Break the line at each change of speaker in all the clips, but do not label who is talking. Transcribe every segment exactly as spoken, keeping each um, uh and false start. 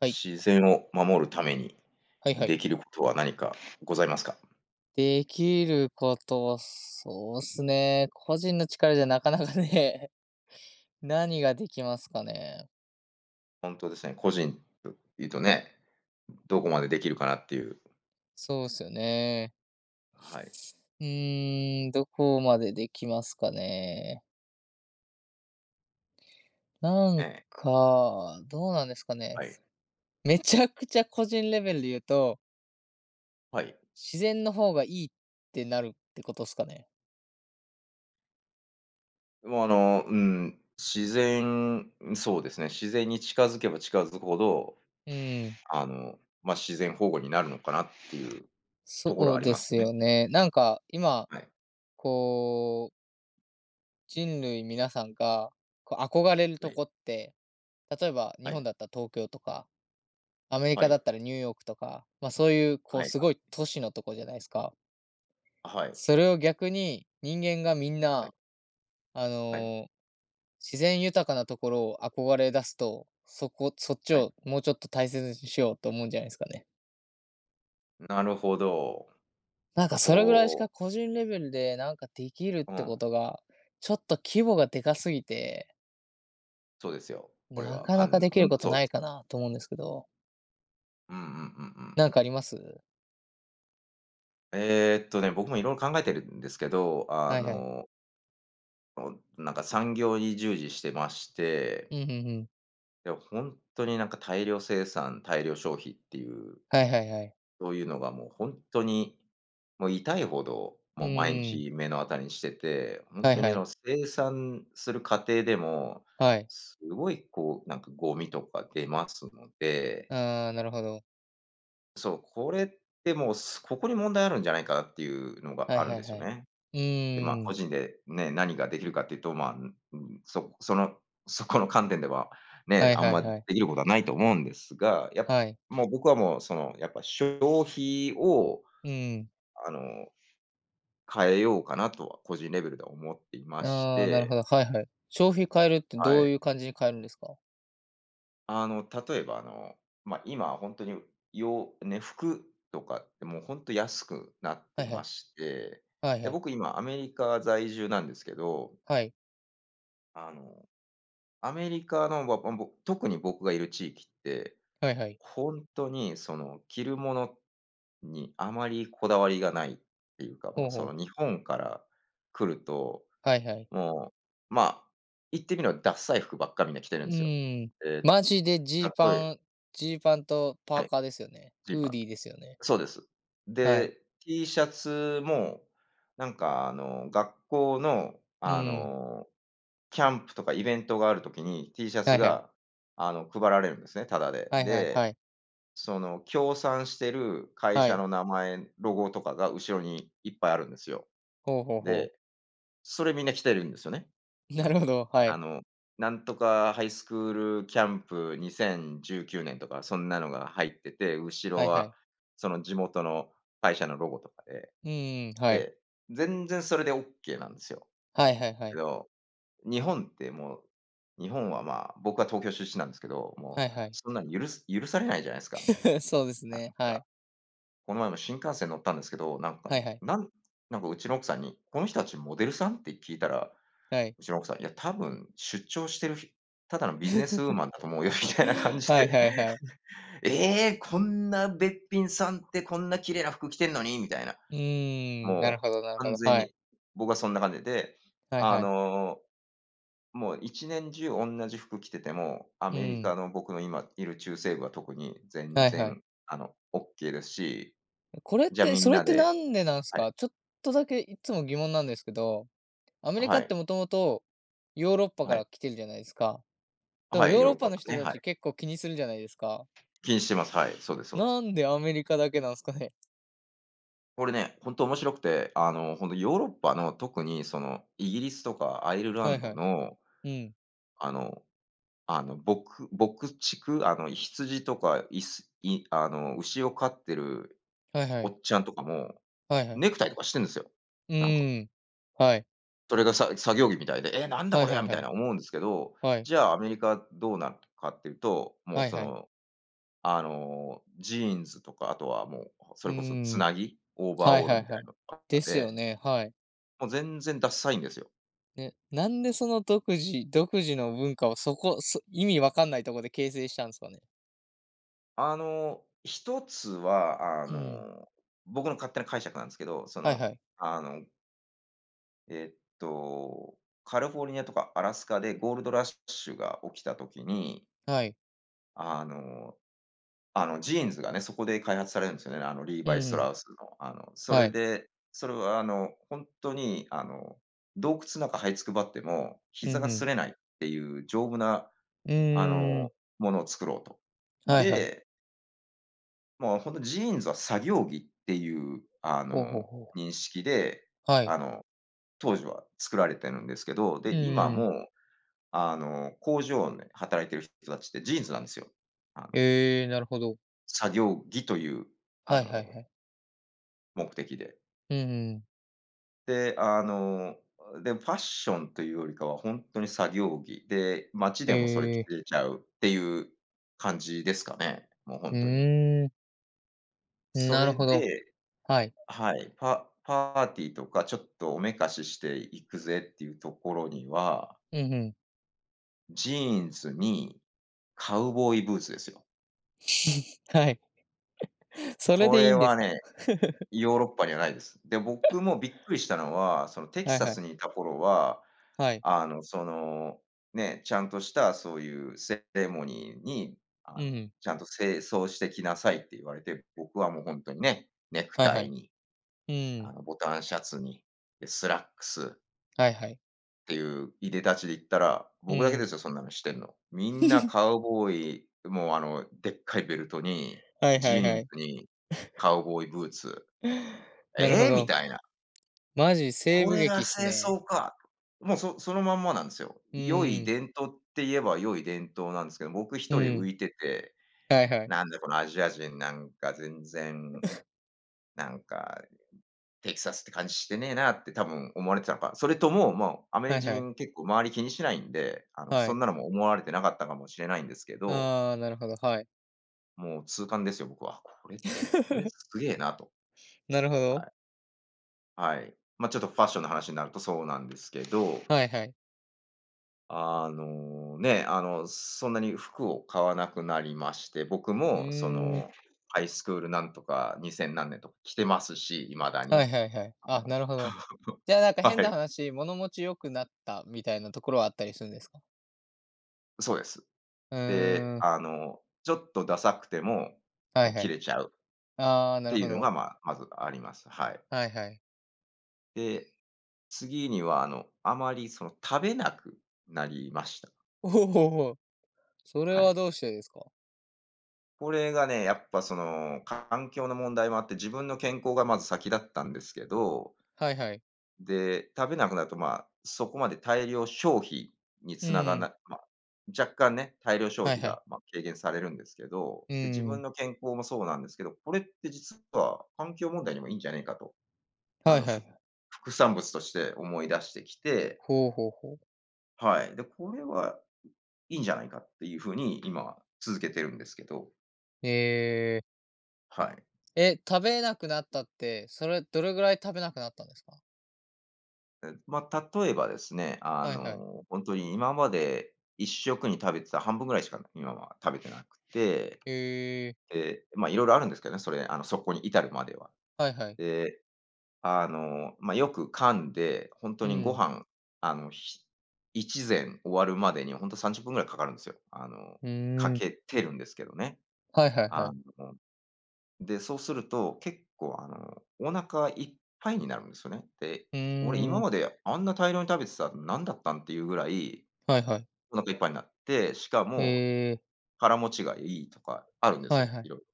はい。
自然を守るために
はいは
で
い。
きることは何かございますか？
できることは、そうっすね。個人の力じゃなかなかね、何ができますかね。
本当ですね、個人というとね、どこまでできるかなっていう。
そうっすよね。
はい。
うーん、どこまでできますかね。な
え
ん
え、
か、どうなんですかね。
はい。
めちゃくちゃ個人レベルで言うと、
はい。
自然の方がいいってなるってことっすかね。
もうあの、うん、自然そうですね、自然に近づけば近づくほど、
うん、
あの、まあ、自然保護になるのかなっていう
そ
ところはあ
う
り
で
ます
す
よね。
よね。なんか今、
はい、
こう人類皆さんが、こう憧れる
は
と
い、
こって、例えば日
は
本
い、
だったら東京とか、アメリ
は
カだ
い、
ったらニューヨークとか、まあ、そういうこう
はい、
すごい都市のとこじゃないですか。
はい、
それを逆に人間がみん
は
な、
い、
あ
はい、
の、自然豊かなところを憧れ出すと、そこそっち
はい。
をもうちょっと大切にしようと思うんじゃないですかね。
なるほど。
なんかそれぐらいしか
こう
個人レベルでなんかできるっ
う
てこ
ん。
とが、ちょっと規模がでかすぎて、
そうですよ。これ
な
は、
か
か
なか
ん
でき
ほ
る
ん
こ
と
と
そう
な
で
い
す。
かなと思うんですけど。
うんうんうんうん。
なんかあります？
えっとね、僕もいろいろ考えてるんですけど、あ
はいはい。
の、おなんか産業に従事してまして、
うん、うんうん。
いや、本当になんか大量生産、大量消費っていう、
はいはいはい。
そういうのがもう本当に、もう痛いほど、
う
もう毎
ーん。
日目の当たりにしてて、本
はい
当に
は
あ
い。
の生産する過程でも、
はい。
すごいこう、なんかゴミとか出ますので、
ああ、なるほど。
そう、これってもう、すここに問題あるんじゃないかなっていうのが
はい
あるん
は
で
い
す
は
よ
い。
ね。
う
で、まあ、
ー
個
ん。
人でね、何ができるかっていうと、まあ、ん、ん、そその そこの観点では、ね、
はい
あん
はい
まで
はい。
きることはないと思うんですが、やっ
はい。
もう僕はもう、その、やっぱ消費を、
うーん。
あの、変えようかなとは個人レベルでは思っていまし
ああ、なる
て、
ほど。はいはい。消費変えるって
は
ど
い。
ういう感じに変えるんですか？
あの、例えばあの、まあ、今本当に、ようね、服とかってもう本当安くなっ
は
て
いは
ま
い。
して、
はい
で、
はい。
僕今アメリカ在住なんですけど、
はい。
あの、アメリカの、ばぼ特に僕がいる地域って、
はいはい。
本当にその着るものにあまりこだわりがないっていうか、も
ほ
う
う
そ
ほ
の日
う。
本から来ると、
はいはい。
もう、まあ、言ってみればダッサい服ばっかみんな着てる
う
んですよ。
ーん。
ええ、
マジでジ
た
ー
え
パン、ジーパンとパ
は
ー
い、
カーですよね。
ジー
フー
パ
デ
ン
ィーですよね。
そうです。
はい。
で、T シャツも、なんかあの、学校の、
う
あ
ーん。
の、キャンプとかイベントがあるときに T シャ
は
ツ
いはい。
が、あの、配られるんですね、タダで。
はいはい
で、
はい。
その協賛してる会
は
社
い。
の名前、ロゴとかが後ろにいっぱいあるんですよ。
ほうほうほう。
でそれみんな来てるんですよね。な
な
ん
るほ
か、
ど、は
あ
い。
の、なんとかハイスクールキャンプにせんじゅうきゅうねんとか、そんなのが入ってて、後ろ
はいは
は
い。
その地元の会社のロゴとかで、
うんん、はい。
で、全然それでオッケーなんですよ。
はいはいは
け
い。
ど、日本ってもう、日本はまあ、僕は東京出身なんですけど、
は
も
い
う
はい。
そんなの許す許されないじゃないですか、もう、
そうです
なん
ね。は
か。
い。
この前も新幹線乗ったんですけど、なんか、
はいはい。
なんなんかうちの奥さんに、「この人たちモデルさん？」って聞いたら、
はい。
うちの奥さん、いや、多分出張してるひただのビジネスウーマンだと思うよみたいな感 じ
はい
で、
はいはい。
ええ、こんなべっぴんさんってこんな綺麗な服着てんのにみたいな。
うーん、なる
もう
ほどなるほ
完
ど。
全
はい。
に、僕はそんな感じで、
はい
あ
はい。
の、もういちねん中おんなじ服着てても、ア
う
メリカ
ん。
の僕の今いる中西部は特に全
はいはい。
然、あの、オッケーですし、
これっ
じゃあ
て、
みん
それっ
な
てな
で、
んでなんです
はい、
か？ちょっとだけいつも疑問なんですけど、アメリカ
は
っ
い、
てもともとヨーロッパか
はい、
ら来てるじゃないですか。でも
はい、
ヨー
ヨー
ロ
ロッ
ッ
パ
パ
と
の
か
人
ね、
た
はい。
ち結構気にするじゃないですか。
気にしてます。はい、そうですそうで
な
す。
んでアメリカだけなんですかね？
これね、ほんと面白くて、あの、本当ヨーロッパの特にその、イギリスとかアイルラ
はい
ン
は
ド
い。
の、
うん。
あのあの、牧牧畜、あの、羊とか、いすいあの、牛を飼ってる
はいは
お
い。
っちゃんとかも、
はいはい。
ネクタイとかしてんですよ。
う
なんか。
ーん。はい。
それがさ作業着みたいで、「えー、なんだ
は
こ
い
れ
は
や」、
い
み
は
たい
い。
な思うんですけど、
はい。
じゃあアメリカどうなるかっていうと、もう
はい
そ
はい。
の、あの、ジーンズとか、あとはもう、そ
う
れこそ
ー
つ
ん。
なぎ、オーバー
はい
オール
はい
みた
は
い
い。
なのとか
ですよ
で、
ね、はい。
もう全然ダッサいんですよ。
ね、なんでその独自独自の文化をそこ、そ意味わかんないとこで形成したんですかね？
あの、一つは、あ
うん。
の、僕の勝手な解釈なんですけど、そ
はい
の、
はい。
あの、えっと、カリフォルニアとかアラスカでゴールドラッシュが起きた時に、
はい。
あのあの、ジーンズがね、そこで開発されるんですよね。あの、リー
うん
バイ・スト
うん。
ラウスの。あの、そ
は
れ
い。
で、それはあの、本当にあの、洞窟の中這いつくばっても、
うん
膝が
ふ
擦
ん。
れないっていう丈夫な
う
あ
ー
の、
ん。
ものを作ろうと。
はいはい。
で、もう本当ジーンズは作業着っていう、あ
ほうほう
の、
ほう。
認識で、
は
あ
い。
の、当時は作られてるんですけど、
う
で、
ん
今
うん。
も、あの、工場で働いてる人たちってジーンズなんですよ。あの、
ええ、なるほど。
作業着という、あ
はいはい
の、
はい。
目的で。
うんうん。
で、あの、で、ファッションというよりかは本当に作業着で、街
え
でもそれ着
ん、
れちゃうっていう感じですかね、もう本当に。
う、うーん、
そ
なる
れ
ほど。
で、
はい。
はい、パパーティーとか、ちょっとおめかしして行くぜっていうところには、
うん、ふん。
ジーンズにカウボーイブーツですよ。
はいはいうんうんええうーんなるほどはいうんうんはい。 それ
こ
でいい
れ
んです
は
か？
ね、ヨーロッパにはないです。で、僕もびっくりしたのは、そのテ キ
はい
サ
は
ス
い。
にいた頃は、
はい。
あの、その、ね、ちゃんとしたそういうセレモニーに、
う
あ
んう
の、
ん。
ちゃんと正装してきなさいって言われて、僕はもう本当にね、ネク
はい
タ
は
イ
い。
に、
う
あ
ん。
の、ボタンシャツに、で、スラックス
はいはい。
ていう入で立ちで言ったら、
う
僕だけで
ん。
すよ、そんなのしてんの。みんなカウボーイ、もうあの、でっかいベルトに、
はいは
ジ
い
ー
は
ンズ
い。
に、カウボーイブーツ。
なるほ
ええ！み
ど。
たいな。
マジ西
こ
部
れが
劇っす
正
ね。
装か。もうそそのまんまなんですよ。
う
良い
ーん。
伝統って言えば良い伝統なんですけど、僕
う
一人浮
ん。
いてて、
はいはい。
なんだこのアジア人なんか全然、なんかテキサスって感じしてねえなって多分思われてたのか、それとも、もうアメリ
はい
カ
はい。
人結構周り気にしないんで、あの、
は
そん
い。
なのも思われてなかったかもしれないんですけど、
ああ、なるほど、はい。
もう痛感ですよ、僕は。これ、これす げえなと。
なるほ
は
ど。
い。はい。まあ、ちょっとファッションの話になるとそうなんですけど、
はいはい。
あの、ね、あの、そんなに服を買わなくなりまして、僕
う
もそ
ーん。
の、ハイスクールなんとかにせん何年とか着てますし、未だ
は
に。
いはいはい。
あ
あ、
の
なるほど。じ ゃあ、なんか変
は
な
い、
話、物持ち良くなったみたいなところはあったりするんですか？
そうです。
う
で、
ーん。
あの、ちょっとダサくても、
は
も
い
う
は
切
い。
れちゃうっ
ああ、な
て
るほ
いうの
ど。
が、まあ、まずあります。はい。
はいはい。
で、次には、あの、あまりその食べなくなりました。
おお、それ
は
は
い。
どうしてですか？
これがね、やっぱその環境の問題もあって、自分の健康がまず先だったんですけど、
はいはい。
で、食べなくなると、まあ、そこまで大量消費に
う
つながらな
ん。
い、まあ、若干ね、大量消
はい
費
は
が、
い。
まあ、軽減されるんですけど、
う
で、自
ー
分
ん。
の健康もそうなんですけど、これって実は環境問題にもいいんじゃないかと、あ
はい
の、
は
ふ
い。
副産物として思い出してきて、
ほうほうほう。
はい。で、これはいいんじゃないかっていうふうに今続けてるんですけど、
ええ。
はい。
え、食べなくなったって、それどれぐらい食べなくなったんですか？
え、まあ、例えばですね、あ
はいはい。
の、本当に今まで一食に食べてた半分ぐらいしか今は食べてなくて、
ええ、
えいろいろあるんですけどね、それ、あの、そこに至るまでは。
はいはい。
で、あの、まあ、よく噛んで、本当
う
にご
ん。
飯、あの、ひ一膳終わるまでにほんとさんじゅっぷんぐらいかかるんですよ。あの、
う
か
ーん。
けてるんですけどね。
はいはいは
あ
い。
の、で、そうすると、結構、あの、お腹いっぱいになるんですよね。で、
う
俺
ー
今
ん。
まであんな大量に食べてたの何だったんっていうぐらい、
はいはい。
お腹いっぱいになって、しか
え
も
え、
腹持ちがいいとかあるんです
はい
よ、
は
い
い。
ろいろ。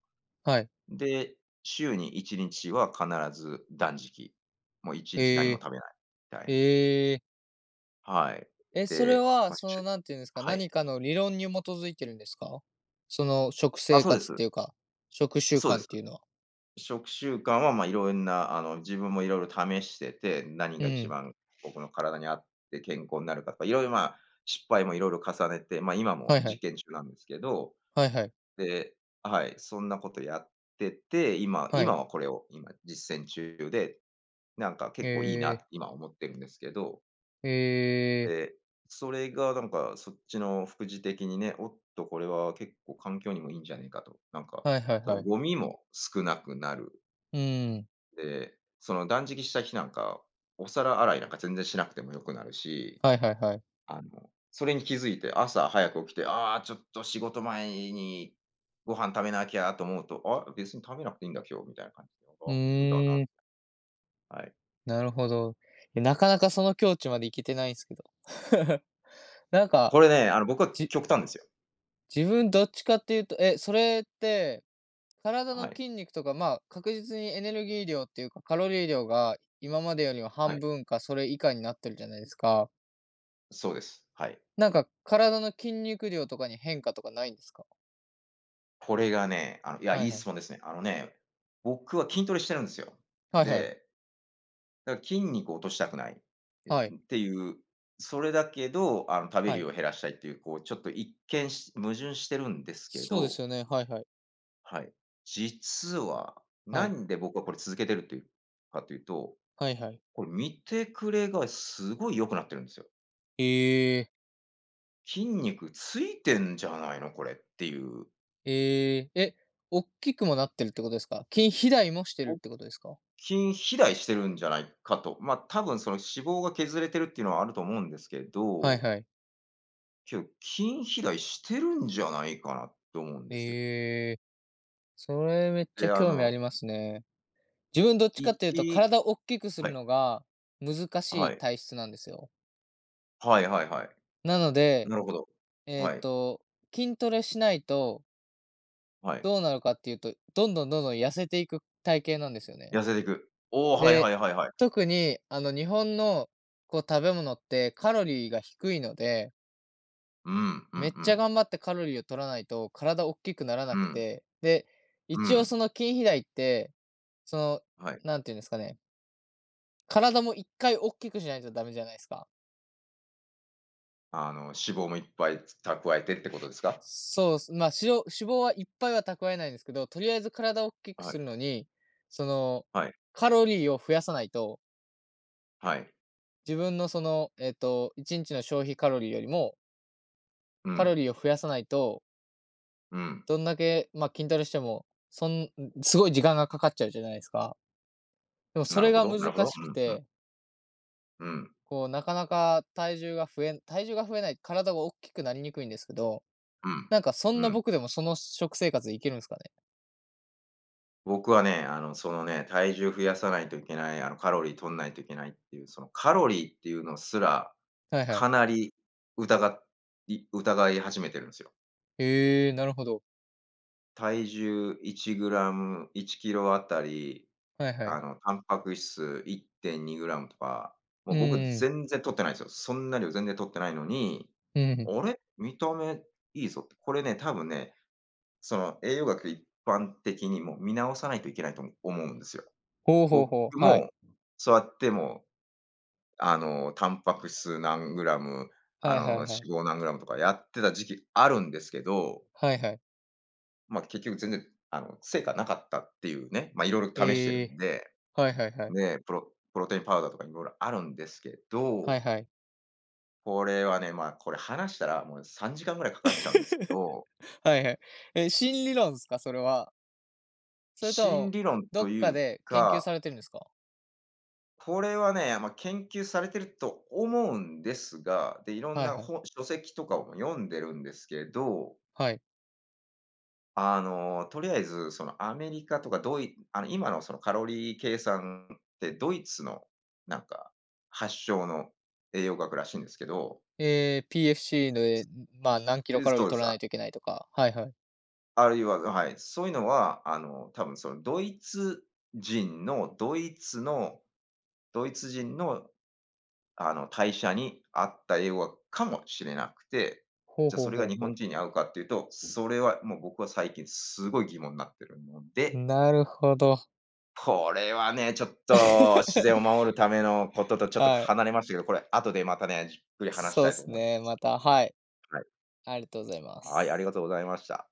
はい。
で、週にいちにちは必ず断食。もういちにち何
え
も
え。
食べないみたいな。
ええ。
はい。
え、それ
で、
は、
まあ、
そ
し
の、
ゅ
何ていうんですか、
はい。
何かの理論に基づいてるんですか？その、食
あ、
生
そうで
活っ
す。
ていうか、食習
そうで
慣っ
す。
ていうのは。
食習慣は、まあ、いろんなあの、自分もいろいろ試してて、何
う
が一
ん。
番僕の体に合って健康になるかとか、いろいろ、まあ、失敗もいろいろ重ねて、ま、あ今も
はいは
実
い。
験中なんですけど、
はいはい。
で、はい、そんなことやってて、今
は
今
い。
はこれを今実践中で、なんか
へ
結構いいなって
え。
今思ってるんですけど。
へえ。
で、それがなんかそっちの副次的にね、おっと、これは結構環境にもいいんじゃねえかと。なんか、
はいはいはい
そ
はいはいえーえはいはい
の
はい
ゴミも少なくなる。
うーん、
で、その断食した日なんか、お皿洗いなんか全然しなくてもよくなるし、
はいはいはい。
あの、それに気づいて朝早く起きて、ああ、ちょっと仕事前にご飯食べなきゃと思うと、あ、別に食べなくていいんだ今日みたいな感じで、
う
楽だ
ーん、
な。はい。
なるほど。え、なかなかその境地まで行けてないんすけど。なん
こ
か、
れね、あの僕は
じ
極端ですよ。
自分どっちかっていうと、え、それって、体
は
の
い。
筋肉とか、まあ、確実にエネルギー量っていうか、カロリー量が今までよりも
は
半
い。
分かそれ以下になってるじゃないですか。
そうです。はい。
なんか体の筋肉量とかに変化とかないんですか？
これがね、あの、いや、
は
い
い
い
は
質
い。
問ですね。あのね、僕は筋トレしてるんですよ。
はいはい。
で、だから筋肉を落としたくない、え、
はい。
っていう、それだけど、あの、食べ
は
る量
い。
を減らしたいっていう、こう、ちょっと一見し矛盾してるんですけ
そうで
ど、
すよね。はいはい。
はい。実は、
は
な
い。
んで僕はこれ続けてるっていうかというと、
はいはい。
これ見てくれがすごい良くなってるんですよ。
ええ。
筋肉ついてんじゃないの、これっていう。
ええ、え、おっきくもなってるってことですか？き肥大もしてるってことですか？
筋肥大してるんじゃないかと。ま、あ多分その脂肪が削れてるっていうのはあると思うんですけ
はい
ど、
はい。
けど、筋肥大してるんじゃないかなと思うんですよ。
ええ、それめっちゃ
で、あ
興味あり
の、
ますね。自分どっちかっていうと、
いち、
体おっきくす
は
る
い、
のが難しい
はい。
体質なんですよ。
はいはいはい。
なので、
なるほど。
えっ
はい、
と、筋トレしないと
はい。
どうなるかっていうと、どんどんどんどん痩せていく体型なんですよね。
痩せていく。おお、はいは
で、
いはいはい。
特にあの、日本のこう食べ物ってカロリーが低いので
うん、うんう
めっちゃ
ん。
頑張ってカロリーを取らないと体おっきくなら
う
なく
ん、
て、で、
う
一応
ん。
その筋肥大って、その、
はい。
なんていうんですかね、体も一回おっきくしないとダメじゃないですか。
あの、脂肪もいっぱい蓄えてってことですか？
そうっす、まあ、脂肪脂肪はいっぱいは蓄えないんですけど、とりあえず体をおっきく
はい、
するのに、その、
はい、
カロリーを増やさないと、
はい。
自分のその、えっと、いちにちの消費カロリーよりも、
う
カロ
ん、
リーを増やさないと、
うん。
どんだけ、まあ、筋トレしても、そん、すごい時間がかかっちゃうじゃないですか。でもそ
なる
れ
ほ
が
どな
難
るほど。
しくて、
うん、うん、
こうなかなか体重が増え体重が増えない、体が大きくなりにくいんですけど、
うん、
なんかそんな
うん。
僕でもその食生活でいけるんですかね？
僕はね、あの、そのね、体重増やさないといけない、あの、カロリー取んないといけないっていう、そのカロリーっていうのすら、
はいは
か
い。
なり疑っい疑い始めてるんですよ。
へーなるほど。
体重いちグラム、いちキロあたり、
はいはい。
あの、タンパク質いってんにグラムとか、も
う
う僕
ん、
全然取ってないんですよ。そんな量全然取ってないのに、
うん。
あれ、見た目いいぞって、これね、多分ね、その栄養学一般的にもう見直さないといけないと思思うんですよ。
ほうほう
僕
ほう、はい。
も、そうやってもあの、タンパク質何グラム、あ
は
の、
いはい
脂
はい。
肪何グラムとかやってた時期あるんですけど、
はいはい。
まあ、結局全然、あの、成果なかったっていうね、まあ、いろいろ試してる
へ
ん
え
で、
ー、はいはいはいへー
ね、プロプロテインパウダーとかいろいろあるんですけ
は
ど、
いはい。
これはね、まあ、これ話したらもうさんじかんぐらいかかっちゃうんですけど、
はいはい。え、新理論ですか？それは。それと
心
も、
理論
ど
と
っ
い
か
う
で研究
か、
されてるんですか？
これはね、まあ、研究されてると思うんですが、で、いろん
はい
な
はい。
本、書籍とかをも読んでるんですけど、
はい。
あの、とりあえずそのアメリカとかドイあの、今のそのカロリー計算ってドイツのなんか発祥の栄養学らしいんですけど、
え ピーエフシー で、まあ、何キ
う
ロ
ん、
カロ
そ
リ
う
ー
で
取
す。
ら
あ
ないといけないとか、はいはい。
あるいははい、そういうのは、あの、多分そのドイツ人のドイツのドイツ人のあの、代謝に合った英語かもしれなくて、
ほう
じゃ、
ほ
そ
う
れが
ほう
日
ほ
本
う。
人に合うかっていうと、それはもう僕は最近すごい疑問になってるので、
なるほど。
これはね、ちょっと自然を 守るためのこととちょっと
はい、
離れましたけど、これ後でまたね、じっくり話し
そ
た
うで
いと
す
思いま
ね、ま
す。
た、はい、
はい。
ありがとうございま
はい、ありが
す。
とうございました。